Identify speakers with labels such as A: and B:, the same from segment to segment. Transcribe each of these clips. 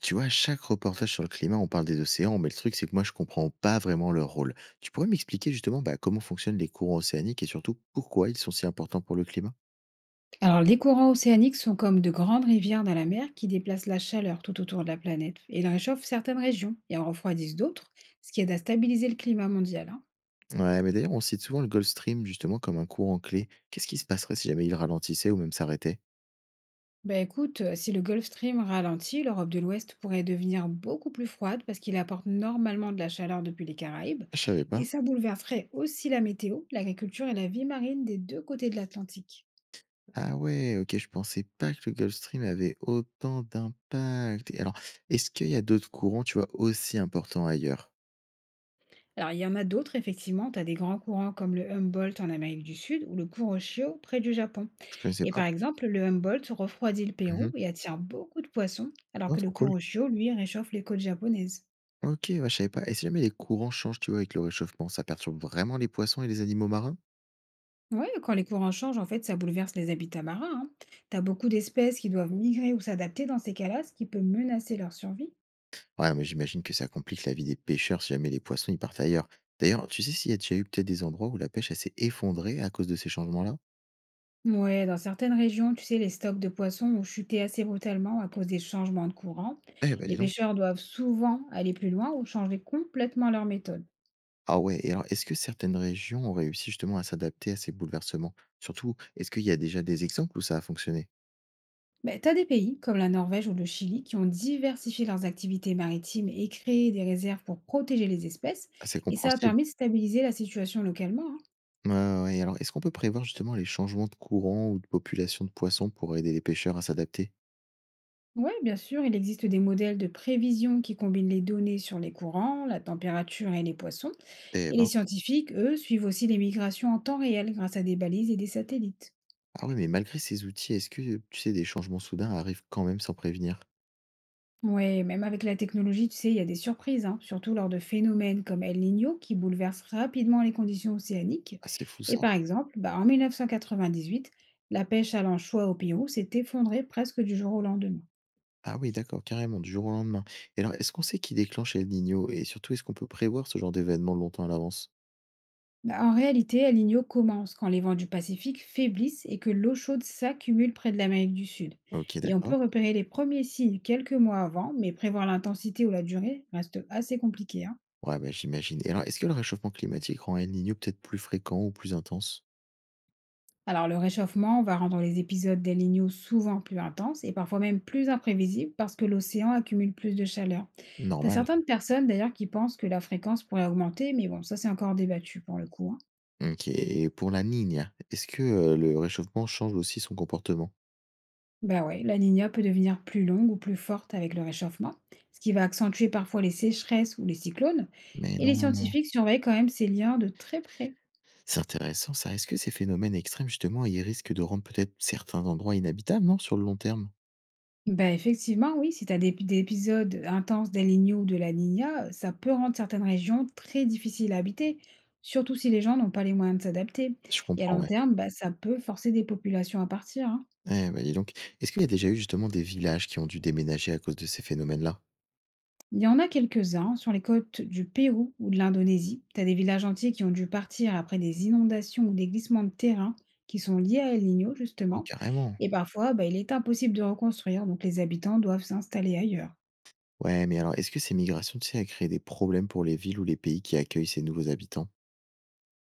A: Tu vois, à chaque reportage sur le climat, on parle des océans, mais le truc, c'est que moi, je comprends pas vraiment leur rôle. Tu pourrais m'expliquer justement bah, comment fonctionnent les courants océaniques et surtout pourquoi ils sont si importants pour le climat.
B: Alors, les courants océaniques sont comme de grandes rivières dans la mer qui déplacent la chaleur tout autour de la planète. Et ils réchauffent certaines régions et en refroidissent d'autres, ce qui aide à stabiliser le climat mondial, hein.
A: Ouais, mais d'ailleurs, on cite souvent le Gulf Stream justement comme un courant clé. Qu'est-ce qui se passerait si jamais il ralentissait ou même s'arrêtait?
B: Ben écoute, si le Gulf Stream ralentit, l'Europe de l'Ouest pourrait devenir beaucoup plus froide parce qu'il apporte normalement de la chaleur depuis les Caraïbes.
A: Je savais pas.
B: Et ça bouleverserait aussi la météo, l'agriculture et la vie marine des deux côtés de l'Atlantique.
A: Ah ouais, ok, je pensais pas que le Gulf Stream avait autant d'impact. Et alors, est-ce qu'il y a d'autres courants, tu vois, aussi importants ailleurs?
B: Alors, il y en a d'autres, effectivement. Tu as des grands courants comme le Humboldt en Amérique du Sud ou le Kuroshio près du Japon.
A: Je connaissais
B: Et
A: pas.
B: par exemple, le Humboldt refroidit le
A: Mhm.
B: Pérou et attire beaucoup de poissons, alors
A: Oh,
B: que le
A: trop cool.
B: Kuroshio, lui, réchauffe les côtes japonaises.
A: OK, ouais, je savais pas, et si jamais les courants changent, tu vois, avec le réchauffement, ça perturbe vraiment les poissons et les animaux marins?
B: Ouais, quand les courants changent, en fait, ça bouleverse les habitats marins, hein. T'as beaucoup d'espèces qui doivent migrer ou s'adapter dans ces cas-là, ce qui peut menacer leur survie.
A: Ouais, mais j'imagine que ça complique la vie des pêcheurs si jamais les poissons, ils partent ailleurs. D'ailleurs, tu sais s'il y a déjà eu peut-être des endroits où la pêche, elle s'est effondrée à cause de ces changements-là?
B: Ouais, dans certaines régions, tu sais, les stocks de poissons ont chuté assez brutalement à cause des changements de courant.
A: Eh ben, dis
B: Les
A: donc.
B: pêcheurs doivent souvent aller plus loin ou changer complètement leur méthode.
A: Ah ouais, et alors est-ce que certaines régions ont réussi justement à s'adapter à ces bouleversements? Surtout, est-ce qu'il y a déjà des exemples où ça a fonctionné?
B: Ben, t'as des pays comme la Norvège ou le Chili qui ont diversifié leurs activités maritimes et créé des réserves pour protéger les espèces,
A: Ah, c'est
B: et ça a
A: compréhensible.
B: permis de stabiliser la situation localement, hein.
A: Ouais, ouais, ouais, et alors est-ce qu'on peut prévoir justement les changements de courant ou de population de poissons pour aider les pêcheurs à s'adapter?
B: Ouais, bien sûr, il existe des modèles de prévision qui combinent les données sur les courants, la température et les poissons,
A: Eh
B: et les
A: ben.
B: scientifiques, eux, suivent aussi les migrations en temps réel grâce à des balises et des satellites.
A: Ah ouais, mais malgré ces outils, est-ce que, tu sais, des changements soudains arrivent quand même sans prévenir?
B: Oui, même avec la technologie, tu sais, il y a des surprises, hein, surtout lors de phénomènes comme El Niño qui bouleversent rapidement les conditions océaniques.
A: Ah, c'est fou
B: Et
A: ça.
B: par exemple, bah, en 1998, la pêche à l'anchois au Pérou s'est effondrée presque du jour au lendemain.
A: Ah oui, d'accord, carrément, du jour au lendemain. Et alors, est-ce qu'on sait qui déclenche El Niño et surtout, est-ce qu'on peut prévoir ce genre d'événement longtemps à l'avance?
B: Bah, en réalité, El Niño commence quand les vents du Pacifique faiblissent et que l'eau chaude s'accumule près de l'Amérique du Sud.
A: OK,
B: Et on
A: d'accord.
B: peut repérer les premiers signes quelques mois avant, mais prévoir l'intensité ou la durée reste assez compliqué, hein.
A: Ouais, bah, j'imagine, et alors, est-ce que le réchauffement climatique rend El Niño peut-être plus fréquent ou plus intense?
B: Alors, le réchauffement va rendre les épisodes d'El Niño souvent plus intenses et parfois même plus imprévisibles parce que l'océan accumule plus de chaleur. T'as
A: Normal.
B: certaines personnes d'ailleurs qui pensent que la fréquence pourrait augmenter, mais bon, ça c'est encore débattu pour le coup, hein.
A: OK, et pour la Niña, est-ce que, le réchauffement change aussi son comportement?
B: Bah ouais, la Niña peut devenir plus longue ou plus forte avec le réchauffement, ce qui va accentuer parfois les sécheresses ou les cyclones.
A: Mais
B: Et les
A: non!
B: scientifiques surveillent quand même ces liens de très près.
A: C'est intéressant ça. Est-ce que ces phénomènes extrêmes, justement, ils risquent de rendre peut-être certains endroits inhabitables, non, sur le long terme?
B: Bah, effectivement, oui, si tu as des épisodes intenses d'El Niño ou de La Niña, ça peut rendre certaines régions très difficiles à habiter, surtout si les gens n'ont pas les moyens de s'adapter.
A: Je
B: Et à
A: comprends,
B: long
A: ouais.
B: terme, bah, ça peut forcer des populations à partir, hein.
A: Eh bah, dis donc. Est-ce qu'il y a déjà eu justement des villages qui ont dû déménager à cause de ces phénomènes-là?
B: Il y en a quelques-uns sur les côtes du Pérou ou de l'Indonésie. Tu as des villages entiers qui ont dû partir après des inondations ou des glissements de terrain qui sont liés à El Niño,
A: Oh,
B: justement.
A: carrément.
B: Et parfois, bah, il est impossible de reconstruire, donc les habitants doivent s'installer ailleurs.
A: Ouais, mais alors, est-ce que ces migrations, tu sais, elles créent des problèmes pour les villes ou les pays qui accueillent ces nouveaux habitants?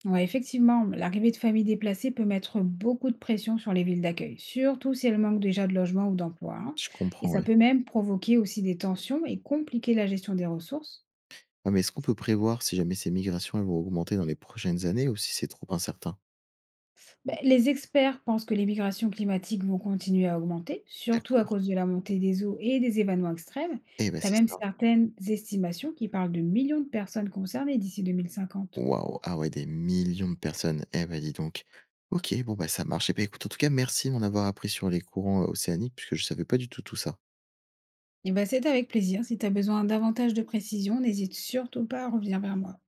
B: Ouais, effectivement, l'arrivée de familles déplacées peut mettre beaucoup de pression sur les villes d'accueil, surtout si elles manquent déjà de logement ou d'emploi, hein.
A: Je
B: Et
A: comprends,
B: ça
A: ouais.
B: peut même provoquer aussi des tensions et compliquer la gestion des ressources.
A: Ouais, mais est-ce qu'on peut prévoir si jamais ces migrations, elles vont augmenter dans les prochaines années ou si c'est trop incertain?
B: Ben, les experts pensent que les migrations climatiques vont continuer à augmenter, surtout à
A: D'accord.
B: cause de la montée des eaux et des événements extrêmes.
A: Eh ben
B: Tu as
A: c'est
B: même
A: ça.
B: certaines estimations qui parlent de millions de personnes concernées d'ici 2050.
A: Waouh! Ah ouais, des millions de personnes. Eh ben dis donc. OK, bon, bah, ça marche. Et bah, écoute, en tout cas, merci de m'en avoir appris sur les courants, océaniques puisque je savais pas du tout tout ça.
B: Et ben, c'est avec plaisir. Si tu as besoin davantage de précision, n'hésite surtout pas à revenir vers moi.